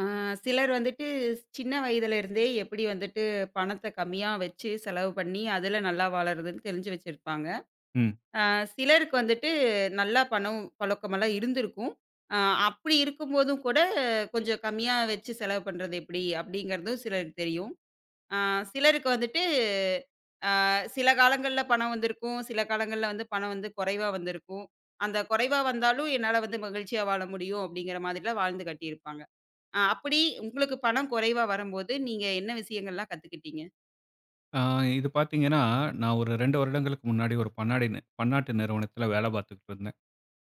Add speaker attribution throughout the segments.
Speaker 1: ஆ, சிலர் வந்துட்டு சின்ன வயதுல இருந்தே எப்படி வந்துட்டு பணத்த கம்மியா வச்சு செலவு பண்ணி அதுல நல்லா வாழறதுன்னு தெரிஞ்சு வச்சிருப்பாங்க.
Speaker 2: ம்.
Speaker 1: ஆ, சிலருக்கு வந்துட்டு நல்லா பணம் புழக்கமெல்லாம் இருந்திருக்கும். ஆ, அப்படி இருக்கும்போதும் கூட கொஞ்சம் கம்மியா வச்சு செலவு பண்றது எப்படி அப்படிங்கிறதும் சிலருக்கு தெரியும். ஆ, சிலருக்கு வந்துட்டு சில காலங்கள்ல பணம் வந்திருக்கும். சில காலங்கள்ல வந்து பணம் வந்து குறைவா வந்திருக்கும். அந்த குறைவா வந்தாலும் என்னால வந்து மகிழ்ச்சியா வாழ முடியும் அப்படிங்கிற மாதிரிலாம் வாழ்ந்து கட்டியிருப்பாங்க. ஆ அப்படி உங்களுக்கு பணம் குறைவா வரும்போது, நீங்க என்ன விஷயங்கள்லாம் கத்துக்கிட்டீங்க?
Speaker 2: ஆ இது பார்த்தீங்கன்னா, நான் ஒரு 2 வருடங்களுக்கு முன்னாடி ஒரு பன்னாடி நி பன்னாட்டு நிறுவனத்தில வேலை பார்த்துக்கிட்டு இருந்தேன்.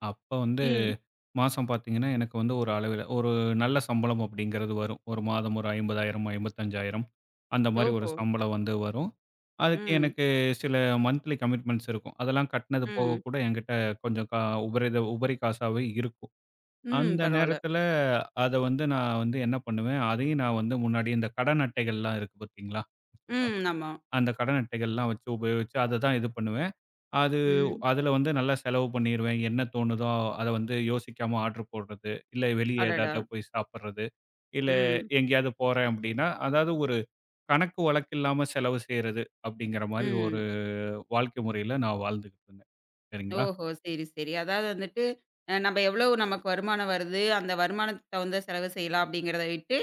Speaker 2: அப்ப வந்து
Speaker 1: ம்.
Speaker 2: மாசம் பார்த்தீங்கன்னா, எனக்கு வந்து ஒரு அளவில ஒரு நல்ல சம்பளம் அப்படிங்கிறது வரும். ஒரு மாதம் ஒரு 50,000 55,000 அந்த மாரி ஒரு
Speaker 1: ஓஹோ!
Speaker 2: சம்பளம் வந்து வரும். அதுக்கு
Speaker 1: ம்,
Speaker 2: எனக்கு சில மந்த்லி கமிட்மெண்ட்ஸ் இருக்கும். அதெல்லாம் கட்டினது போக
Speaker 1: ம்,
Speaker 2: கூட என்கிட்ட கொஞ்சம் உபரி உபரி காசாவே இருக்கும்.
Speaker 1: ம்.
Speaker 2: அந்த
Speaker 1: பரவால்ல.
Speaker 2: நேரத்தில அத வந்து நான் வந்து என்ன பண்ணுவேன், அதையும் நான் வந்து முன்னாடி இந்த கடன் அட்டைகள்லாம் இருக்கு பார்த்தீங்களா?
Speaker 1: ம். ஆமா.
Speaker 2: அந்த கடன் அட்டைகள்லாம் வச்சு உபயோகிச்சு அதை தான் இது பண்ணுவேன். அது
Speaker 1: ம்.
Speaker 2: அதில வந்து நல்லா செலவு பண்ணிருவேன். என்ன தோணுதோ அத வந்து யோசிக்காம ஆர்டர் போடுறது, இல்ல வெளிய
Speaker 1: அடடா!
Speaker 2: ஏதாவது போய் சாப்பிடுறது, இல்ல
Speaker 1: ம்,
Speaker 2: எங்கேயாவது போறேன் அப்டின்னா, அதாவது ஒரு கணக்கு வழக்கு இல்லாம செலவு செய்றது அப்டிங்கிற மாரி ஒரு
Speaker 1: ம்.
Speaker 2: வாழ்க்கை முறையில நான் வாழ்ந்துகிட்டு இருந்தேன். சரிங்களா?
Speaker 1: ஓஹோ! சரி, சரி. அதாவது வந்துட்டு, நம்ம எவ்வளவு நமக்கு வருமானம் வருது, அந்த வருமானத்துக்கு தகுந்த செலவு செய்யலாம் அப்படிங்கிறத விட்டு,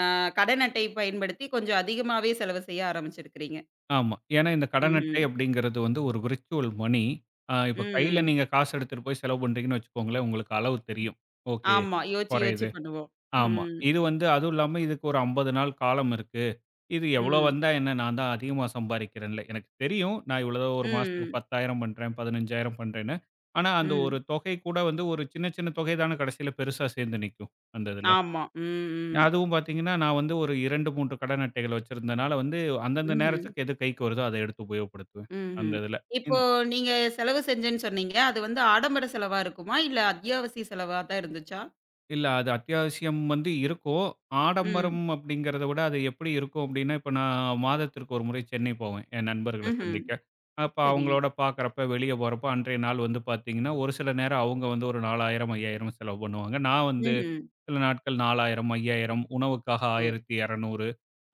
Speaker 1: அ கடன் அட்டை பயன்படுத்தி கொஞ்சம் அதிகமாவே செலவு செய்ய ஆரம்பிச்சிருக்கிறீங்க.
Speaker 2: ஆமா. ஏன்னா இந்த கடன் அட்டை
Speaker 1: ம்ஹ்ம்.
Speaker 2: அப்டிங்கிறது வந்து ஒரு விர்ச்சுவல் மணி. அ இப்ப கையில
Speaker 1: ம், ம்.
Speaker 2: நீங்க காசு எடுத்துட்டு போய் செலவு பண்றீங்கன்னு வச்சுக்கோங்களேன், உங்களுக்கு அளவு தெரியும். ஓகே.
Speaker 1: ஆமா. யோசிச்சு, யோசிச்சு
Speaker 2: குறையுது.
Speaker 1: பண்ணுவோம்.
Speaker 2: ஆமா.
Speaker 1: ம்,
Speaker 2: இது வந்து அதுவும் இல்லாம இதுக்கு ஒரு 50 நாள் காலம் இருக்கு. இது எவ்வளோ
Speaker 1: ம்,
Speaker 2: வந்தா என்ன? நான் தான் அதிகமா சம்பாரிக்கிறேன்ல. எனக்கு தெரியும். நான் இவ்வளோ ஒரு மாசத்துக்கு
Speaker 1: ம்,
Speaker 2: 10,000 பண்றேன், 15,000 பண்றேன்னு. ஆனா, அந்த ஒரு
Speaker 1: ம்.
Speaker 2: தொகை கூட வந்து ஒரு சின்ன சின்ன தொகை தான கடைசியில பெருசா சேர்ந்து நிக்கும், அந்த இதுல.
Speaker 1: ஆமா. ம், ம்.
Speaker 2: அதுவும் பார்த்தீங்கன்னா, நான் வந்து ஒரு 2, 3 கடன் அட்டைகள் வச்சிருந்தனால வந்து, அந்தந்த
Speaker 1: ம்ஹ்ம்.
Speaker 2: நேரத்துக்கு எது கைக்கு வருதோ, அத எடுத்து உபயோகப்படுத்துவேன், அந்த
Speaker 1: ம்ஹ்ம்.
Speaker 2: இதுல.
Speaker 1: இப்போ
Speaker 2: இந்
Speaker 1: நீங்க செலவு செஞ்சேன்னு சொன்னீங்க. அது வந்து ஆடம்பர செலவா இருக்குமா? இல்ல அத்தியாவசிய செலவா தான் இருந்துச்சா?
Speaker 2: இல்ல. அது அத்தியாவசியம் வந்து இருக்கும். ஆடம்பரம்
Speaker 1: ம்.
Speaker 2: அப்படிங்கிறத விட அது எப்படி இருக்கும் அப்படின்னா, இப்ப நான் மாதத்திற்கு ஒரு முறை சென்னை போவேன், என் நண்பர்கள
Speaker 1: ம்ஹ்ம்.
Speaker 2: சந்திக்க. அப்ப
Speaker 1: சரி.
Speaker 2: அவங்களோட பார்க்குறப்ப, வெளிய போறப்ப அன்றைய நாள் வந்து பார்த்தீங்கன்னா, ஒரு சில நேரம் அவங்க வந்து ஒரு 4000, 5000 செலவு பண்ணுவாங்க. நான் வந்து
Speaker 1: ம்ஹ்ம்.
Speaker 2: சில நாட்கள் 4000, 5000 உணவுக்காக
Speaker 1: ஓ!
Speaker 2: 1200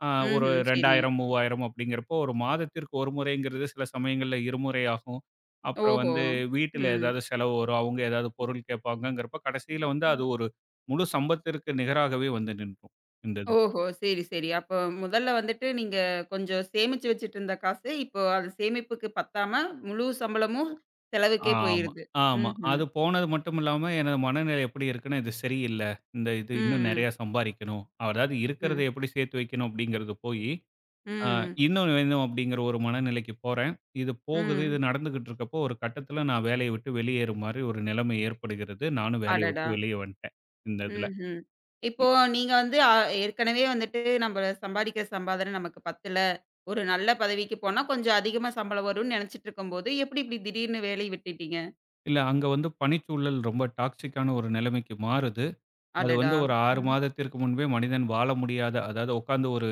Speaker 2: ஆ ஒரு
Speaker 1: ம்ஹ்ம். சரி.
Speaker 2: 2000, 3000 அப்படிங்கிறப்போ, ஒரு மாதத்திற்கு ஒரு முறைங்கிறது சில சமயங்கள்ல இருமுறை ஆகும். அப்புறம்
Speaker 1: ஓஹோ!
Speaker 2: வந்து வீட்டில
Speaker 1: ம்.
Speaker 2: ஏதாவது செலவு வரும். அவங்க ஏதாவது பொருள் கேட்பாங்கங்கிறப்ப, கடைசியில வந்து
Speaker 1: ம்.
Speaker 2: அது ஒரு முழு சம்பளத்திற்கு நிகராகவே வந்து நின்றும் இந்த இது.
Speaker 1: ஓஹோ! சரி, சரி. அப்போ முதல்ல வந்துட்டு நீங்க கொஞ்சம் சேமிச்சு வச்சுட்டு இருந்த காசு, இப்போ அது சேமிப்புக்கு பத்தாம முழு சம்பளமும் செலவுக்கே
Speaker 2: ஆமா,
Speaker 1: போயிருது.
Speaker 2: ஆமா.
Speaker 1: ம்ஹ்ம்.
Speaker 2: அது போனது மட்டும் இல்லாம எனது மனநிலை எப்படி இருக்குன்னா, இது சரியில்ல. இந்த இது
Speaker 1: ம்.
Speaker 2: இன்னும்
Speaker 1: ம்.
Speaker 2: நெறையா சம்பாரிக்கணும். அதாவது இருக்கிறத
Speaker 1: ம்.
Speaker 2: எப்படி சேர்த்து வைக்கணும் அப்படிங்கிறது போயி, ஆ
Speaker 1: ம்.
Speaker 2: இன்னும் வேணும் அப்படிங்கிற ஒரு மனநிலைக்கு போறேன். இது போகுது,
Speaker 1: ம்.
Speaker 2: இது நடந்துகிட்டு இருக்கப்போ ஒரு கட்டத்தில நான் வேலைய விட்டு வெளியேறும் மாரி ஒரு நிலைமை ஏற்படுகிறது. நானும் வேலைய விட்டு
Speaker 1: அடடா!
Speaker 2: வெளிய வந்துட்டேன், இந்த இதுல.
Speaker 1: ம்ஹ்ம். இப்போ நீங்க வந்து ஏற்கனவே வந்துட்டு நம்ம சம்பாதிக்கிற சம்பாதனை நமக்கு பத்தல. ஒரு நல்ல பதவிக்கு போனா கொஞ்சம் அதிகமா சம்பளம் வரும்னு நினைச்சுட்டு இருக்கும்போது, எப்படி இப்படி திடீர்னு வேலைய விட்டுட்டீங்க?
Speaker 2: இல்ல அங்க வந்து பணிச்சூழல் ரொம்ப டாக்ஸிக்கான ஒரு நிலைமைக்கு மாறுது. அது
Speaker 1: அடடா!
Speaker 2: வந்து ஒரு 6
Speaker 1: ம்.
Speaker 2: மாதத்திற்கு முன்பே மனிதன் வாழ முடியாத அதாவது உட்கார்ந்து ஒரு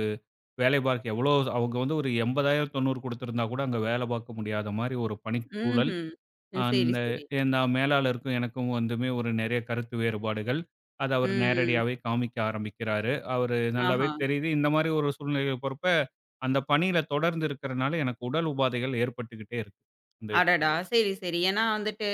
Speaker 2: வேலை பார்க்க எவ்வளோ அவங்க வந்து ஒரு 80,000 90 குடுத்திருந்தா கூட அங்க வேலை பார்க்க முடியாத மாரி ஒரு பணிச்சூழல்.
Speaker 1: ம்ஹ்ம். ம். சரி,
Speaker 2: அந்த
Speaker 1: சரி.
Speaker 2: நான் மேலாளருக்கும் எனக்கும் வந்துமே ஒரு நிறைய கருத்து வேறுபாடுகள். அத அவரு
Speaker 1: ம்.
Speaker 2: நேரடியாவே காமிக்க ஆரம்பிக்கிறாரு. அவரு நல்லாவே
Speaker 1: ஆஹா!
Speaker 2: தெரியுது. இந்த மாரி ஒரு சூழ்நிலை போறப்ப, அந்த பணியில தொடர்ந்து இருக்கிறனால எனக்கு உடல் உபாதைகள் ஏற்பட்டுக்கிட்டே இருக்கு. இந்த இது.
Speaker 1: அடடா! சரி, சரி. ஏன்னா வந்துட்டு,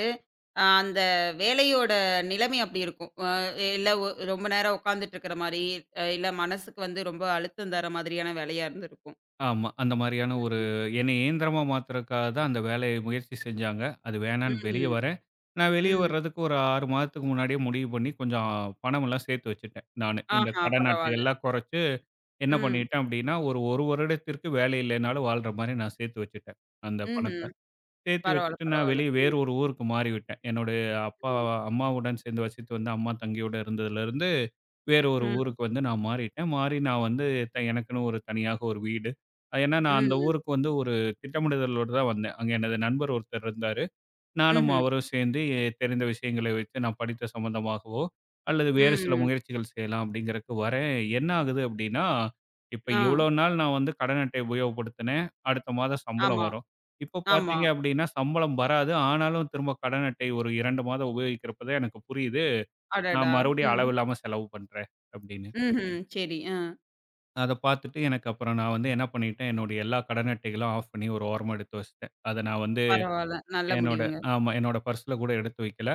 Speaker 1: அந்த வேலையோட நிலைமை அப்படி இருக்கும். இல்ல ரொம்ப நேரம் உட்கார்ந்துட்டு இருக்கிற மாரி, இல்ல மனசுக்கு வந்து ரொம்ப அழுத்தம் தர மாதிரியான வேலையா இருந்திருக்கும்.
Speaker 2: ஆமா. அந்த மாரியான ஒரு
Speaker 1: ம்ஹ்ம்.
Speaker 2: என்னை இயந்திரமா மாத்துறதுக்காக தான் அந்த வேலைய முயற்சி செஞ்சாங்க. அது வேணான்னு
Speaker 1: ம்ஹ்ம்.
Speaker 2: வெளிய வரேன். நான் வெளிய
Speaker 1: ம்.
Speaker 2: வர்றதுக்கு ஒரு 6 மாதத்துக்கு முன்னாடியே முடிவு பண்ணி கொஞ்சம் பணமெல்லாம் சேர்த்து வச்சுட்டேன் நானு. இந்த
Speaker 1: ஆஹா!
Speaker 2: கடன்
Speaker 1: பரவால்ல.
Speaker 2: அட்டைகள்லாம் குறைச்சு என்ன
Speaker 1: ம்.
Speaker 2: பண்ணிட்டேன் அப்படின்னா, ஒரு 1 வருடத்திற்கு வேலை இல்லைனாலும் வாழ்ற மாரி நான் சேர்த்து வச்சுட்டேன், அந்த
Speaker 1: ம்ஹ்ம்.
Speaker 2: பணத்த. சேர்த்து
Speaker 1: பரவால்ல,
Speaker 2: வச்சுட்டு நான்
Speaker 1: பரவால்ல.
Speaker 2: வெளிய வேறு
Speaker 1: ம்.
Speaker 2: ஒரு ஊருக்கு மாறிவிட்டேன். என்னுடைய அப்பா
Speaker 1: ம்.
Speaker 2: அம்மாவுடன் சேர்ந்து வசித்து வந்த அம்மா, தங்கையோட இருந்ததுலருந்து, வேறு ஒரு
Speaker 1: ம்.
Speaker 2: ஊருக்கு வந்து நான் மாறிட்டேன். மாறி நான் வந்து எனக்குன்னு ஒரு தனியாக ஒரு வீடு. ஏன்னா நான் அந்த
Speaker 1: ம்.
Speaker 2: ஊருக்கு வந்து ஒரு திட்டமிடுதலோட தான் வந்தேன். அங்க எனது நண்பர் ஒருத்தர் இருந்தாரு. நானும்
Speaker 1: ம்ஹ்ம்.
Speaker 2: அவரும் சேர்ந்து தெரிந்த விஷயங்களை வைத்து நான் படித்த சம்மந்தமாகவோ, அல்லது வேறு சில
Speaker 1: ம்.
Speaker 2: முயற்சிகள் செய்யலாம் அப்படிங்கிறக்கு வரேன். என்ன ஆகுது அப்படின்னா, இப்ப
Speaker 1: ஆ.
Speaker 2: இவ்வளோ நாள் நான் வந்து கடன் அட்டை உபயோகப்படுத்தினேன். அடுத்த மாதம் சம்பளம்
Speaker 1: ஆமா,
Speaker 2: வரும். இப்போ
Speaker 1: ஆமா.
Speaker 2: பார்த்தீங்க அப்படின்னா சம்பளம் வராது. ஆனாலும் திரும்ப கடன் அட்டை ஒரு 2 மாதம் உபயோகிக்கிறப்ப தான் எனக்கு புரியுது. நான்
Speaker 1: அடடா!
Speaker 2: மறுபடியும்
Speaker 1: ம்.
Speaker 2: அளவில்லாம செலவு பண்றேன் அப்படின்னு.
Speaker 1: ம்ஹ்ம். சரி. ஆ.
Speaker 2: அத பார்த்துட்டு எனக்கு அப்புறம் நான் வந்து என்ன பண்ணிட்டேன், என்னுடைய எல்லா கடன் அட்டைகளும் ஆஃப் பண்ணி ஒரு ஓரமா எடுத்து வச்சுட்டேன். அத நான் வந்து
Speaker 1: பரவால்ல. நல்ல
Speaker 2: என்னோட
Speaker 1: முடிவுங்க.
Speaker 2: ஆமா என்னோட பர்ஸ்ல கூட எடுத்து வைக்கல.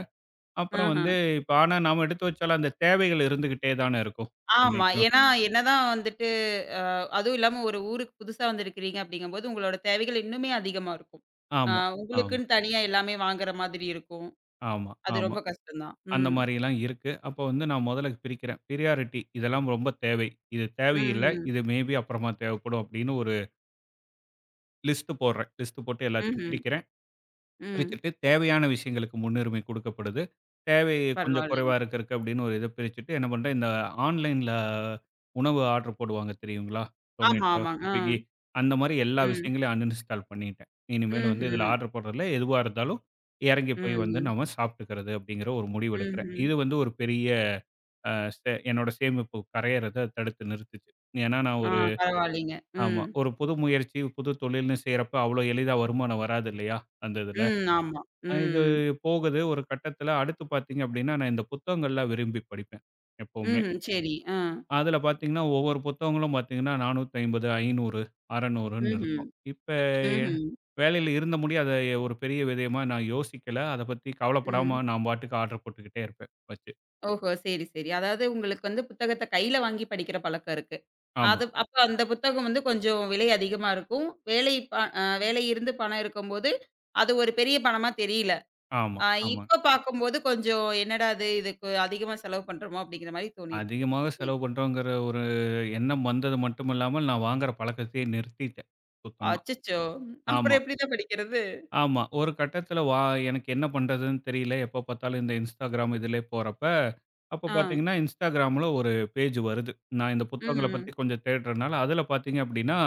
Speaker 2: அப்புறம்
Speaker 1: ஆஹா.
Speaker 2: வந்து இப்ப ஆனா நாம எடுத்து வச்சாலும் அந்த தேவைகள் இருந்துகிட்டே தானே இருக்கும்.
Speaker 1: ஆமா.
Speaker 2: என்னைக்கும்.
Speaker 1: ஏன்னா என்னதான் வந்துட்டு அ அதுவும் இல்லாம ஒரு ஊருக்கு புதுசா வந்திருக்கிறீங்க அப்படிங்கும்போது, உங்களோட தேவைகள் இன்னுமே அதிகமா இருக்கும். ஆ
Speaker 2: ஆமா, ஆமா,
Speaker 1: உங்களுக்குன்னு தனியா எல்லாமே வாங்குற மாதிரி இருக்கும்.
Speaker 2: ஆமா,
Speaker 1: அது
Speaker 2: ஆமா.
Speaker 1: ரொம்ப கஷ்டம்தான்.
Speaker 2: அந்த
Speaker 1: ம்.
Speaker 2: மாரிலாம் இருக்கு. அப்போ வந்து நான் முதல்ல பிரிக்கிறேன். பிரியாரிட்டி இதெல்லாம் ரொம்ப தேவை. இது தேவையில்ல.
Speaker 1: ம்ஹ்ம்.
Speaker 2: இது மேபி அப்புறமா தேவைப்படும் அப்படின்னு ஒரு லிஸ்ட் போடுறேன். லிஸ்ட் போட்டு எல்லாத்தையும்
Speaker 1: ம்ஹ்ம்.
Speaker 2: பிரிக்கிறேன்.
Speaker 1: ம்.
Speaker 2: பிரிச்சுட்டு தேவையான விஷயங்களுக்கு முன்னுரிமை குடுக்கப்படுது. தேவை கொஞ்சம் குறைவா
Speaker 1: பரவால்லைங்க.
Speaker 2: இருக்கிறதுக்கு அப்படின்னு ஒரு இத பிரிச்சுட்டு என்ன பண்றேன், இந்த ஆன்லைன்ல உணவு ஆர்டர் போடுவாங்க தெரியுங்களா?
Speaker 1: ஆமா,
Speaker 2: Zomato,
Speaker 1: ஆமாங்க. ஆ.
Speaker 2: Swiggy அந்த மாரி எல்லா
Speaker 1: ம்.
Speaker 2: விஷயங்களையும் அன்இன்ஸ்டால் பண்ணிட்டேன். இனிமேல்
Speaker 1: ம்ஹ்ம்.
Speaker 2: வந்து இதில ஆர்டர் போடுறதில எதுவா இருந்தாலும் இறங்கி போய் வந்து
Speaker 1: ம்.
Speaker 2: நம்ம சாப்பிட்டுக்கிறது அப்படிங்கிற ஒரு முடிவு எடுக்கிறேன்.
Speaker 1: ம்ஹ்ம்.
Speaker 2: இது வந்து ஒரு பெரிய அ சே என்னோட சேமிப்பு கரையறத தடுத்து நிறுத்துச்சு. ஏன்னா நான்
Speaker 1: ஆ
Speaker 2: ஒரு
Speaker 1: பரவாயில்லைங்க.
Speaker 2: ஆமா.
Speaker 1: ம்.
Speaker 2: ஒரு புது முயற்சி, புது தொழில்னு செய்றப்ப அவ்வளோ எளிதா வருமானம் வராது இல்லையா? அந்த இதுல.
Speaker 1: ம். ஆமா.
Speaker 2: அ இது
Speaker 1: ம்.
Speaker 2: போகுது ஒரு கட்டத்தில. அடுத்து பார்த்தீங்க அப்டின்னா, நான் இந்த புத்தகங்கள்லாம் விரும்பி படிப்பேன், எப்பவுமே.
Speaker 1: ம்ஹ்ம். சரி. ஆ.
Speaker 2: அதில பார்த்தீங்கன்னா, ஒவ்வொரு புத்தகங்களும் பார்த்தீங்கன்னா, 450, 500, 600ன்னு
Speaker 1: ம்ஹ்ம்.
Speaker 2: இருக்கும். இப்ப
Speaker 1: ம்ஹ்ம்.
Speaker 2: வேலையில இருந்த முடிய அத ஒரு பெரிய விதயமா நான் யோசிக்கல. அத பத்தி
Speaker 1: ம்.
Speaker 2: கவலைப்படாம நான் பாட்டுக்கு ஆர்டர் போட்டுக்கிட்டே இருப்பேன் வச்சு.
Speaker 1: ஓஹோ! சரி, சரி. அதாவது உங்களுக்கு வந்து புத்தகத்த கையில வாங்கி படிக்கிற பழக்கம் இருக்கு.
Speaker 2: ஆமா,
Speaker 1: அது அப்ப அந்த புத்தகம் வந்து கொஞ்சம் விலை அதிகமா இருக்கும். வேலை ப வேலை இருந்து பணம் இருக்கும்போது, அது ஒரு பெரிய பணமா தெரியல.
Speaker 2: ஆமா,
Speaker 1: அ
Speaker 2: ஆமா.
Speaker 1: இப்ப பார்க்கும்போது கொஞ்சம் என்னடா இது இதுக்கு அதிகமா செலவு பண்றோமோ! அப்பிடிங்கிற மாரி தோணியிருக்குது.
Speaker 2: அதிகமாக
Speaker 1: சரி.
Speaker 2: செலவு பண்றோங்கிற ஒரு எண்ணம் வந்தது மட்டும் இல்லாமல், நான் வாங்குற பழக்கத்தையே நிறுத்திட்டேன் சுத்தமா.
Speaker 1: அச்சச்சோ! அப்புறம்
Speaker 2: ஆமா.
Speaker 1: எப்பிடிதான் படிக்கிறது?
Speaker 2: ஆமா. ஒரு கட்டத்தில வா எனக்கு என்ன பண்றதுன்னு தெரியல. எப்ப பார்த்தாலும் இந்த Instagram இதிலே போறப்ப, அப்ப
Speaker 1: ஆ.
Speaker 2: பார்த்தீங்கன்னா, Instagramல ஒரு பேஜ் வருது. நான் இந்த
Speaker 1: ம்,
Speaker 2: புத்தகங்கள பத்தி
Speaker 1: ம்.
Speaker 2: கொஞ்சம் தேடுறனால, அதில பார்த்தீங்க அப்படின்னா,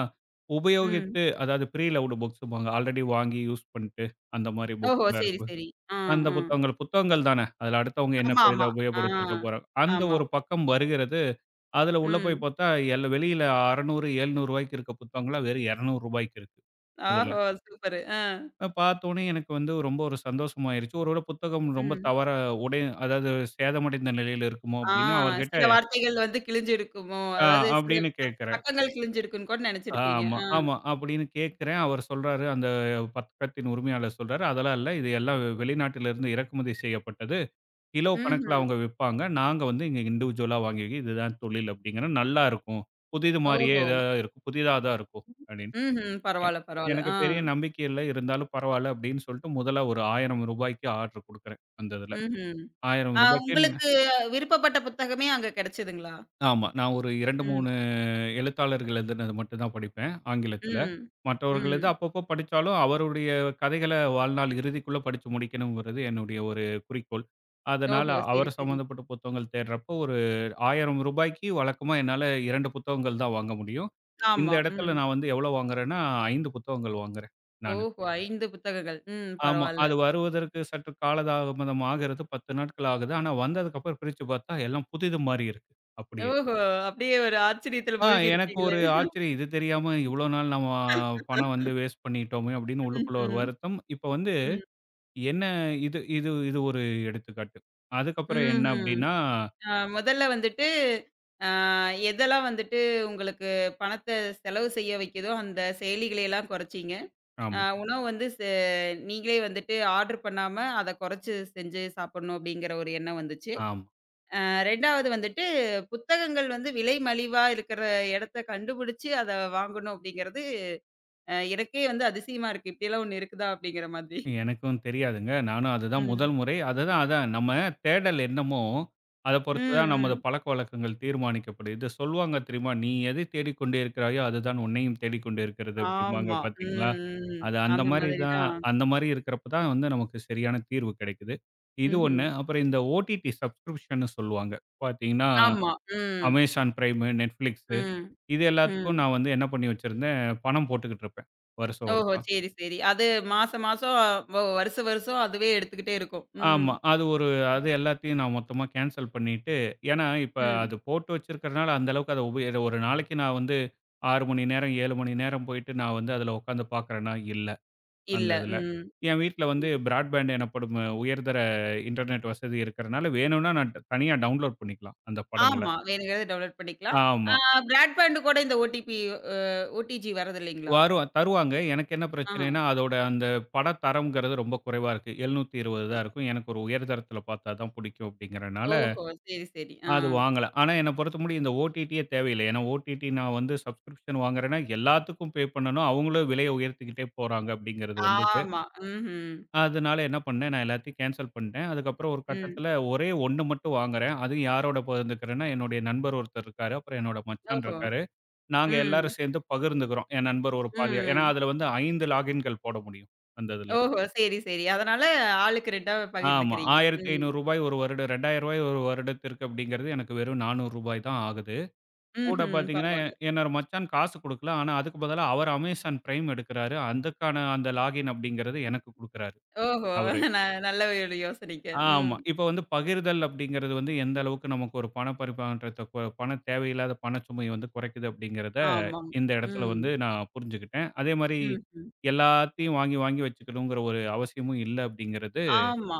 Speaker 1: ம்.
Speaker 2: உபயோகித்து அதாவது ப்ரீ லவ்டு புக்ஸ்ம்பாங்க. ஆல்ரெடி வாங்கி யூஸ் பண்ட்டு, அந்த மாரி
Speaker 1: ஓஹோ!
Speaker 2: புக்ஸ்லாம்
Speaker 1: சரி,
Speaker 2: இருக்கு.
Speaker 1: சரி. ஆ,
Speaker 2: அந்த
Speaker 1: ஆ.
Speaker 2: புத்தகங்கள் புத்தகங்கள் தானே. அதில அடுத்தவங்க என்ன
Speaker 1: ஆமா,
Speaker 2: பெரிதா
Speaker 1: ஆமா. ஆ,
Speaker 2: உபயோகப்படுத்தியிருக்க போறாங்க. அந்த
Speaker 1: ஆமா.
Speaker 2: ஒரு பக்கம் வருகிறது. அதில உள்ள போய்
Speaker 1: ம்.
Speaker 2: பார்த்தா, எல் வெளியில 600, ரூ. 700 இருக்க புத்தகங்கள்லாம் வெறும் ரூ. 200 இருக்கு. அதில.
Speaker 1: ஓஹோ! சூப்பரு. ஆ,
Speaker 2: அ பார்த்தோனே எனக்கு வந்து ரொம்ப ஒரு சந்தோஷமாயிருச்சு. ஒருவேள புத்தகம் ரொம்ப
Speaker 1: ம்.
Speaker 2: தவறா உடை அதாவது சேதமடைந்த நிலையில இருக்குமோ
Speaker 1: ஆ
Speaker 2: அப்டின்னு அவர்கிட்ட
Speaker 1: சில வார்த்தைகள் வந்து கிழிஞ்சிருக்குமோ!
Speaker 2: ஆ
Speaker 1: அதாவது சில
Speaker 2: அப்டின்னு
Speaker 1: ப
Speaker 2: கேட்கிறேன்.
Speaker 1: பக்கங்கள் கிழிஞ்சிருக்குன்னு கூட நெனச்சிருப்பீங்க.
Speaker 2: ஆமா,
Speaker 1: ஆ.
Speaker 2: ஆமா. அப்டின்னு கேட்கிறேன். அவர் சொல்றாரு, அந்த பக்கத்தின் உரிமையாளர் சொல்றாரு, "அதெல்லாம் இல்ல. இது எல்லாம் வெளிநாட்டிலிருந்து இறக்குமதி செய்யப்பட்டது. கிலோ
Speaker 1: ம்ஹ்ம்.
Speaker 2: கணக்குல அவங்க விப்பாங்க. நாங்க வந்து இங்க இண்டிவிஜுவலா வாங்கி இதுதான் தொழில்" அப்டிங்கிறேன். "நல்லா இருக்கும். புதிது மாரியே
Speaker 1: ஓஹோ!
Speaker 2: இதா இருக்கும். புதிதா தான் இருக்கும்" அப்டின்னு.
Speaker 1: ம்ஹ்ம்.
Speaker 2: எ
Speaker 1: பரவால்ல, பரவால்ல.
Speaker 2: எனக்கு
Speaker 1: ஆ.
Speaker 2: பெரிய நம்பிக்கை இல்ல. இருந்தாலும் பரவால்ல அப்படின்னு சொல்லிட்டு முதல்ல ஒரு ரூ. 1000க்கு ஆர்டர் குடுக்குறேன் அந்த இதுல.
Speaker 1: ம்ஹ்ம்.
Speaker 2: ரூ.
Speaker 1: ஆ
Speaker 2: 1000க்கு
Speaker 1: உங்களுக்கு விருப்பப்பட்ட புத்தகமே அங்க கெடச்சதுங்களா?
Speaker 2: ஆமா. நான் ஒரு 2,
Speaker 1: ம்.
Speaker 2: 3 எழுத்தாளர்கள் எழுதுனது மட்டும் தான் படிப்பேன் ஆங்கிலத்துல.
Speaker 1: ம்.
Speaker 2: மற்றவர்களது
Speaker 1: ம்.
Speaker 2: அப்பப்போ படிச்சாலும் அவருடைய கதைகள வாழ்நாள் இறுதிக்குள்ள படிச்சு முடிக்கணுங்கிறது என்னுடைய ஒரு குறிக்கோள். அதனால
Speaker 1: ஓஹோ!
Speaker 2: அவர்
Speaker 1: சரி, சரி.
Speaker 2: சம்மந்தப்பட்ட புத்தகங்கள் தேடுறப்போ ஒரு ரூ. 1000க்கு வழக்கமா என்னால 2 புத்தகங்கள் தான் வாங்க முடியும். இந்த
Speaker 1: ஆமா. ம்.
Speaker 2: இடத்துல நான் வந்து எவ்வளோ வாங்குறேன்னா 5 புத்தகங்கள் வாங்குறேன் நானு.
Speaker 1: ஓஹோ! 5 புத்தகங்கள். ம்.
Speaker 2: ஆமா.
Speaker 1: பரவால்ல.
Speaker 2: அது வருவதற்கு சற்று காலதாமதம் ஆகிறது 10 நாட்கள் ஆகுது. ஆனா, வந்ததுக்கப்புறம் பிரிச்சு பார்த்தா எல்லாம் புதிது மாரி இருக்கு அப்படியே.
Speaker 1: ஓஹோ! அப்படியே ஒரு ஆச்சரியத்துல
Speaker 2: ஆ
Speaker 1: மூழ்கி
Speaker 2: எனக்கு
Speaker 1: இருப்பீங்களே.
Speaker 2: ஒரு ஆச்சரியம். இது தெரியாம இவ்வளோ நாள் நம்ம பணம் வந்து வேஸ்ட் பண்ணிட்டோமே அப்படின்னு உள்ளுக்குள்ள ஒரு
Speaker 1: ம்ஹ்ம்.
Speaker 2: வருத்தம். இப்ப வந்து
Speaker 1: ம்.
Speaker 2: என்ன இது இது இது ஒரு எடுத்துக்காட்டு. அதுக்கப்புறம் என்ன
Speaker 1: ம்ஹ்ம்.
Speaker 2: அப்படின்னா
Speaker 1: முதல்ல வந்துட்டு, அ எதெல்லாம் வந்துட்டு உங்களுக்கு பணத்த செலவு செய்ய வைக்குதோ, அந்த செயலிகளை எல்லாம் குறைச்சீங்க.
Speaker 2: ஆமா,
Speaker 1: உணவு வந்து நீங்களே வந்துட்டு ஆர்டர் பண்ணாம, அத குறைச்சு செஞ்சு சாப்பிடணும் அப்படிங்கிற ஒரு எண்ணம் வந்துச்சு.
Speaker 2: ஆமா.
Speaker 1: 2வது வந்துட்டு, புத்தகங்கள் வந்து விலை மலிவா இருக்கிற இடத்த கண்டுபிடிச்சு அத வாங்கணும் அப்படிங்கிறது, எனக்கே வந்து அதிசயமா இருக்கு. இப்படியெல்லாம் ஒண்ணு இருக்குதா அப்படிங்கிற மாதிரி.
Speaker 2: எனக்கும் தெரியாதுங்க. நானும் அதுதான்
Speaker 1: ம்.
Speaker 2: முதல் முறை. அதுதான், அதான் நம்ம தேடல் என்னமோ, அத
Speaker 1: ம்,
Speaker 2: பொறுத்துதான் நமது
Speaker 1: ம்.
Speaker 2: பழக்கவழக்கங்கள் தீர்மானிக்கப்படும். இத சொல்வாங்க தெரியுமா? "நீ எதை தேடிக்கொண்டு இருக்கிறாயோ, அதுதான் உன்னையும் தேடிக்கொண்டு இருக்கிறது" அப்படிம்பாங்க
Speaker 1: ஆமா.
Speaker 2: பார்த்தீங்களா?
Speaker 1: ம், ம்.
Speaker 2: அது அந்த
Speaker 1: அந்த
Speaker 2: மாரி
Speaker 1: மாதிரி
Speaker 2: தான்
Speaker 1: தான்.
Speaker 2: அந்த மாரி இருக்கிறப்ப தான் வந்து நமக்கு சரியான தீர்வு கிடைக்குது. இது
Speaker 1: ம்ஹ்ம்.
Speaker 2: ஒண்ணு. அப்புறம் இந்த ஓடிடி சப்ஸ்கிரிப்ஷன்னு சொல்லுவாங்க. பார்த்தீங்கன்னா,
Speaker 1: ஆமா. ம்,
Speaker 2: Amazon Prime, Netflix
Speaker 1: ம்,
Speaker 2: இது எல்லாத்துக்கும்
Speaker 1: ம்.
Speaker 2: நான் வந்து என்ன பண்ணி வச்சிருந்தேன், பணம் போட்டுக்கிட்டு இருப்பேன். வருஷம்
Speaker 1: ஓஹோ!
Speaker 2: வருஷம்.
Speaker 1: சரி, சரி. அது மாச மாசம் வருஷம் வருஷம் அதுவே எடுத்துக்கிட்டே இருக்கும். ம்,
Speaker 2: ஆமா. அது ஒரு அது எல்லாத்தையும் நான் மொத்தமா கேன்சல் பண்ணிட்டு, ஏன்னா இப்ப
Speaker 1: ம்.
Speaker 2: அது போட்டு வச்சிருக்கிறனால அந்த அளவுக்கு அத உபயோ ஒரு நாளைக்கு நான் வந்து 6 மணி நேரம், 7 மணி நேரம் போயிட்டு நான் வந்து அதில உட்காந்து பார்க்குறேன்னா இல்ல, அந்த
Speaker 1: இல்ல.
Speaker 2: இதில.
Speaker 1: ம்,
Speaker 2: என் வீட்ல வந்து
Speaker 1: ம்.
Speaker 2: பிராட்பேண்ட் எனப்படும் உயர்தர இன்டர்நெட் வசதி இருக்கிறனால வேணும்னா நான் தனியா டவுன்லோட் பண்ணிக்கலாம், அந்த படங்கள.
Speaker 1: ஆமா. வேணுங்கிறத டவுன்லோட் பண்ணிக்கலாம்.
Speaker 2: ஆமா.
Speaker 1: ஆ பிராட்பேண்ட் கூட இந்த ஓடிபி அ ஓடிஜி வரது இல்லைங்களா?
Speaker 2: வரும் தருவாங்க. எனக்கு என்ன
Speaker 1: ஆ.
Speaker 2: பிரச்சனைன்னா, அதோட அந்த பட தரம்ங்கிறது ரொம்ப குறைவா இருக்கு. 720 தான் இருக்கும். எனக்கு ஒரு உயர்தரத்தில பார்த்தா தான் பிடிக்கும் அப்படிங்கிறனால
Speaker 1: ஓஹோ! சரி, சரி. ஆ.
Speaker 2: அது வாங்கல. ஆனா என்ன பொறுத்த முடியும் இந்த ஓடிடியே தேவையில்ல. ஏன்னா ஓடிடி நான் வந்து சப்ஸ்கிரிப்ஷன் வாங்குறேன்னா, எல்லாத்துக்கும் பே பண்ணணும். அவங்களும் விலைய உயர்த்திக்கிட்டே போறாங்க அப்படிங்கிறது வந்தது.
Speaker 1: ஆமா. ம்ஹ்ம்.
Speaker 2: அதனால என்ன பண்ணேன், நான் எல்லாத்தையும் கேன்சல் பண்ணிட்டேன். அதுக்கப்புறம் ஒரு
Speaker 1: ம்.
Speaker 2: கட்டத்தில ஒரே ஒண்ணு மட்டும் வாங்குறேன். அதுவும் யாரோட பகிர்ந்துக்கிறேன்னா, என்னுடைய நண்பர் ஒருத்தர் இருக்காரு. அப்புறம் என்னோட மச்சான்
Speaker 1: ஓஹோ!
Speaker 2: இருக்காரு. நாங்க
Speaker 1: ம்,
Speaker 2: எல்லாரும் சேர்ந்து பகிர்ந்துக்கிறோம். என் நண்பர் ஒரு பாதியா ஏன்னா
Speaker 1: ம்.
Speaker 2: அதில வந்து 5 லாகின்கள் போட முடியும் அந்த இதில.
Speaker 1: ஓஹோ! சரி, சரி. அதனால ஆளுக்கு 2ஆ
Speaker 2: ஆமா. ரூ.
Speaker 1: பகிர்ந்துக்கிறீங்க. ம்.
Speaker 2: 1500 ஒரு வருடம் ரூ. 2000 ஒரு வருடத்திற்கு அப்படிங்கிறது எனக்கு வெறும் ரூ. 400 தான் ஆகுது. கூட
Speaker 1: ம்ஹ்ம்.
Speaker 2: பார்த்தீங்கன்னா,
Speaker 1: பரவால்ல.
Speaker 2: என்னோட மச்சான் காசு குடுக்கல. ஆனா, அதுக்கு பதிலா அவர் Amazon Prime எடுக்குறாரு. அதுக்கான அந்த லாகின் அப்படிங்கிறது எனக்கு குடுக்குறாரு
Speaker 1: ஓஹோ!
Speaker 2: அவரு.
Speaker 1: ந நல்ல ஒரு யோசனைங்க. ம்.
Speaker 2: ஆமா. இப்ப வந்து பகிர்தல் அப்படிங்கிறது வந்து எந்த அளவுக்கு நமக்கு ஒரு பண பரிமாற்றத்த பண தேவையில்லாத பணச்சுமைய வந்து குறைக்குது அப்படிங்கிறத
Speaker 1: ஆமா.
Speaker 2: இந்த இடத்துல
Speaker 1: ம்.
Speaker 2: வந்து நான் புரிஞ்சுக்கிட்டேன். அதே மாரி
Speaker 1: ம்ஹ்ம்.
Speaker 2: எல்லாத்தையும் வாங்கி, வாங்கி வச்சுக்கணுங்கிற ஒரு அவசியமும் இல்ல அப்படிங்கிறது
Speaker 1: ஆமா.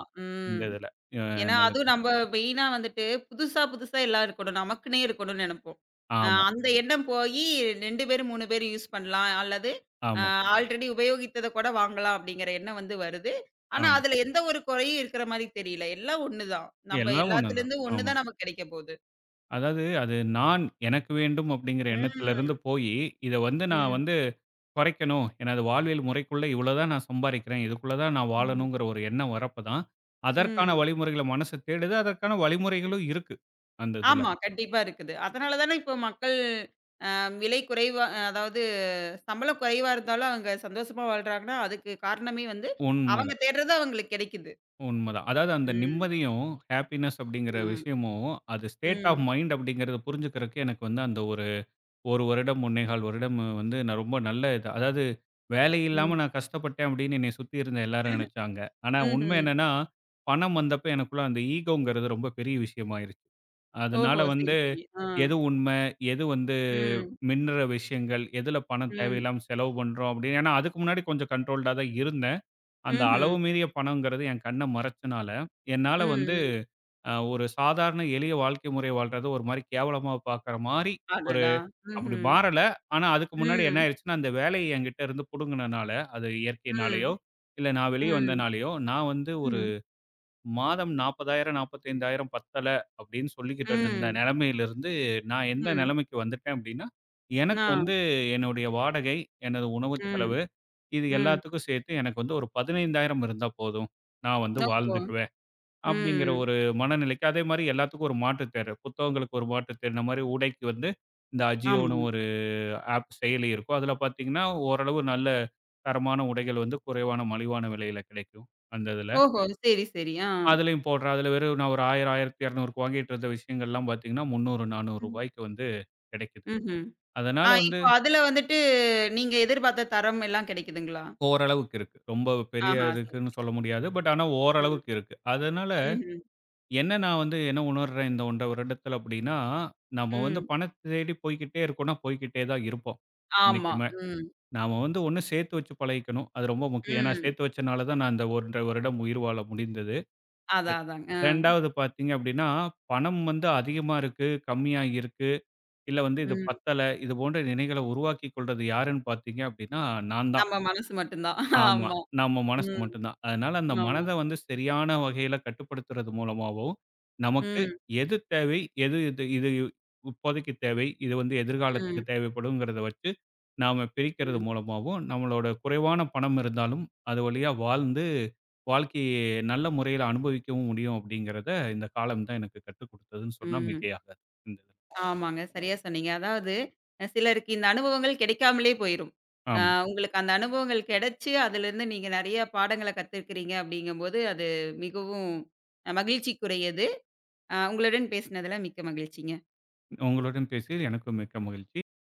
Speaker 2: இந்த
Speaker 1: ம்.
Speaker 2: இதுல. அ
Speaker 1: ஏன்னா
Speaker 2: நல்லது.
Speaker 1: அதுவும் நம்ம மெயினா வந்துட்டு புதுசா, புதுசா எல்லாம் இருக்கணும். நமக்குன்னே இருக்கணும்னு நெனைப்போம்.
Speaker 2: ஆமா,
Speaker 1: அந்த எண்ணம் போயி 2 பேரு, 3 பேரு யூஸ் பண்ணலாம். அல்லது அ
Speaker 2: ஆமா,
Speaker 1: ஆல்ரெடி உபயோகித்தத கூட வாங்கலாம் அப்படிங்கிற எண்ணம் வந்து வருது. ஆனா
Speaker 2: ஆமா.
Speaker 1: அதுல எந்த ஒரு குறையும் இருக்கிற மாரி தெரியல. எல்லாம் ஒண்ணுதான். நம்ம
Speaker 2: எல்லாம் ஒண்ணுதான்.
Speaker 1: எல்லாத்துலருந்து ஒண்ணு
Speaker 2: ஆமா.
Speaker 1: தான் நமக்கு கிடைக்க போது.
Speaker 2: அதாவது அது நான், எனக்கு வேண்டும் அப்படிங்கிற எண்ணத்திலிருந்து
Speaker 1: ம்.
Speaker 2: போயி, இத வந்து நான்
Speaker 1: ம்.
Speaker 2: வந்து குறைக்கணும். எனது வாழ்வியல் முறைக்குள்ள இவ்வளோ தான் நான் சம்பாரிக்கிறேன். இதுக்குள்ள தான் நான்
Speaker 1: ம்.
Speaker 2: வாழணுங்கிற ஒரு எண்ணம் வரப்ப தான், அதற்கான
Speaker 1: ம்.
Speaker 2: வழிமுறைகள மனசு தேடுது. அதற்கான வழிமுறைகளும் இருக்கு. அந்த இதுல.
Speaker 1: ஆமா. கண்டிப்பா இருக்குது. அதனால தானே இப்போ மக்கள் விலை குறைவா அதாவது சம்பளம் குறைவா இருந்தாலும் அவங்க சந்தோஷமா வாழ்றாங்கன்னா, அதுக்கு காரணமே வந்து அவங்க
Speaker 2: உண்மதான்,
Speaker 1: தேடுறது அவங்களுக்கு கிடைக்குது.
Speaker 2: உண்மதான். அதாவது அந்த
Speaker 1: ம்.
Speaker 2: நிம்மதியும், ஹேப்பினஸ் அப்படிங்கிற
Speaker 1: ம்.
Speaker 2: விஷயமும், அது ஸ்டேட் ஆஃப்
Speaker 1: ம்.
Speaker 2: மைண்ட் அப்படிங்கிறத புரிஞ்சுக்கிறதுக்கு எனக்கு வந்து அந்த ஒரு 1 வருடம், 1 1/4 வருடம் வந்து நான் ரொம்ப நல்ல இது அதாவது வேலை இல்லாம
Speaker 1: ம்.
Speaker 2: நான் கஷ்டப்பட்டேன் அப்படின்னு என்னைய சுத்தி இருந்த எல்லாரும் நினைச்சாங்க. ஆனா உண்மை
Speaker 1: ம்ஹ்ம்.
Speaker 2: என்னன்னா, பணம் வந்தப்ப எனக்குள்ள அந்த ஈகோங்கிறது ரொம்ப பெரிய விஷயமாயிருச்சு. அதனால
Speaker 1: ஓஹோ! சரி,
Speaker 2: வந்து
Speaker 1: சரி. ஆ.
Speaker 2: எது உண்மை, எது வந்து
Speaker 1: ம்.
Speaker 2: மின்னுற விஷயங்கள், எதுல பணம்
Speaker 1: ம்.
Speaker 2: தேவையில்லாம செலவு பண்றோம் அப்படின்னு ஏன்னா அதுக்கு முன்னாடி கொஞ்சம் கண்ட்ரோல்டா தான் இருந்தேன். அந்த
Speaker 1: ம்ஹ்ம்.
Speaker 2: அளவு மீறிய பணங்கிறது என் கண்ண மறைச்சனால, என்னால வந்து
Speaker 1: ம். ம்.
Speaker 2: அ ஒரு சாதாரண எளிய வாழ்க்கை முறை வாழ்றது ஒரு மாரி கேவலமா பார்க்குற மாரி ஒரு
Speaker 1: அடடா!
Speaker 2: அப்படி
Speaker 1: ம்ஹ்ம்.
Speaker 2: மாறல. ஆனா அதுக்கு முன்னாடி என்ன
Speaker 1: ம்.
Speaker 2: ஆயிருச்சுன்னா, அந்த வேலைய என்கிட்ட இருந்து புடுங்குனனால, அது
Speaker 1: ம்.
Speaker 2: இயற்கையினாலயோ, இல்ல நான் வெளிய
Speaker 1: ம்.
Speaker 2: வந்தனாலயோ, நான் வந்து ஒரு
Speaker 1: ம்.
Speaker 2: மாதம் 40,000 45,000 பத்தல அப்படின்னு சொல்லிக்கிட்டு இருந்த
Speaker 1: ம்.
Speaker 2: நெலைமையிலிருந்து, நான் எந்த
Speaker 1: ம்.
Speaker 2: நெலைமைக்கு வந்துட்டேன் அப்படின்னா, எனக்கு வந்து
Speaker 1: ஆ.
Speaker 2: என்னுடைய வாடகை, எனது உணவு
Speaker 1: ம்.
Speaker 2: செலவு, இது
Speaker 1: ம்.
Speaker 2: எல்லாத்துக்கும் சேர்த்து எனக்கு வந்து ஒரு 15,000 இருந்தா போதும். நான் வந்து
Speaker 1: ஓஹோ!
Speaker 2: வாழ்ந்துக்குவேன். அப்படிங்கிற
Speaker 1: ம்.
Speaker 2: ஒரு மனநிலைக்கு, அதே மாரி எல்லாத்துக்கும் ஒரு மாற்றுத் தேர்வு. புத்தகங்களுக்கு ஒரு மாற்றுத் தேர்வு. இந்த மாரி உடைக்கு வந்து இந்த
Speaker 1: ஆமா.
Speaker 2: அஜியோன்னு ஒரு ஆப் செயலி இருக்கும். அதில பார்த்தீங்கன்னா, ஓரளவு நல்ல தரமான உடைகள் வந்து குறைவான மலிவான விலையில கிடைக்கும். அந்த இதில.
Speaker 1: ஓஹோ! சரி, சரி. ஆ.
Speaker 2: அதிலயும் போடுறேன். அதில வெறும் நான் ஒரு 1000, 1200க்கு வாங்கிட்டு இருந்த விஷயங்கள்லாம் பார்த்தீங்கன்னா, 300, ரூ.
Speaker 1: ம்.
Speaker 2: 400க்கு வந்து கிடைக்குது.
Speaker 1: ம்ஹ்ம்.
Speaker 2: அதனால
Speaker 1: ஆ
Speaker 2: வந்து
Speaker 1: இப்போ அதுல வந்துட்டு நீங்க எதிர்பார்த்த தரம் எல்லாம் கிடைக்குதுங்களா?
Speaker 2: ஓரளவுக்கு இருக்கு. ரொம்ப பெரிய
Speaker 1: ஆஹா, சரி.
Speaker 2: இருக்குன்னு சொல்ல முடியாது. பட் ஆனா
Speaker 1: ம்.
Speaker 2: ஓரளவுக்கு இருக்கு. அதனால
Speaker 1: ம்ஹ்ம்.
Speaker 2: என்ன நான் வந்து என்ன உணர்றேன் இந்த 1 1/2 வருடத்துல அப்படின்னா, நம்ம வந்து
Speaker 1: ம்.
Speaker 2: பணத்த தேடி போய்க்கிட்டே இருக்கோம்னா, போய்க்கிட்டே தான் இருப்போம்.
Speaker 1: ஆமா.
Speaker 2: என்னைக்குமே.
Speaker 1: ம்.
Speaker 2: நாம வந்து ஒண்ணு சேர்த்து வச்சு பழகிக்கணும். அது ரொம்ப முக்கியம். ஏன்னா
Speaker 1: ம்.
Speaker 2: சேர்த்து வச்சனால தான் நான் அந்த 1 1/2 வருடம் உயிர் வாழ முடிந்தது.
Speaker 1: அதான், அதாங்க. ஆ.
Speaker 2: 2வது பார்த்தீங்க அப்படின்னா, பணம் வந்து அதிகமா இருக்கு, கம்மியா இருக்கு, இல்ல வந்து இது
Speaker 1: ம்.
Speaker 2: பத்தல, இது போன்ற நினைகள உருவாக்கிக் கொள்றது யாருன்னு பார்த்தீங்க அப்படின்னா, நான் தான்.
Speaker 1: நம்ம மனசு மட்டும் தான்.
Speaker 2: ஆமா.
Speaker 1: ஆமா.
Speaker 2: நம்ம மனசு
Speaker 1: ம்.
Speaker 2: மட்டும் தான். அதனால அந்த
Speaker 1: ஆமா.
Speaker 2: மனத வந்து சரியான வகையில கட்டுப்படுத்துறது மூலமாவும், நமக்கு
Speaker 1: ம்.
Speaker 2: எது தேவை, எது இது இது இப்போதைக்கு தேவை, இது வந்து எதிர்காலத்துக்கு
Speaker 1: ம்.
Speaker 2: தேவைப்படுங்கிறத வச்சு நாம பிரிக்கிறது
Speaker 1: ம்.
Speaker 2: மூலமாவும், நம்மளோட குறைவான பணம் இருந்தாலும், அது வழியா வாழ்ந்து வாழ்க்கையை நல்ல முறையில அனுபவிக்கவும் முடியும் அப்படிங்கிறத இந்த காலம் தான் எனக்கு கத்துக் குடுத்ததுன்னு சொன்னா
Speaker 1: ம்.
Speaker 2: மிகையாகாது. இந்த இது.
Speaker 1: ஆமாங்க. சரியா சொன்னீங்க. அதாவது சிலருக்கு இந்த அனுபவங்கள் கிடைக்காமலே போயிரும். அ
Speaker 2: ஆமா.
Speaker 1: உங்களுக்கு அந்த அனுபவங்கள் கிடைச்சு, அதிலிருந்து நீங்க நெறைய பாடங்கள கத்துருக்கிறீங்க அப்படிங்கும்போது, அது மிகவும் மகிழ்ச்சிக்குரியது. உங்களுடன் பேசினதுல மிக்க மகிழ்ச்சிங்க.
Speaker 2: உங்களுடன் பேசியது எனக்கும் மிக்க மகிழ்ச்சி.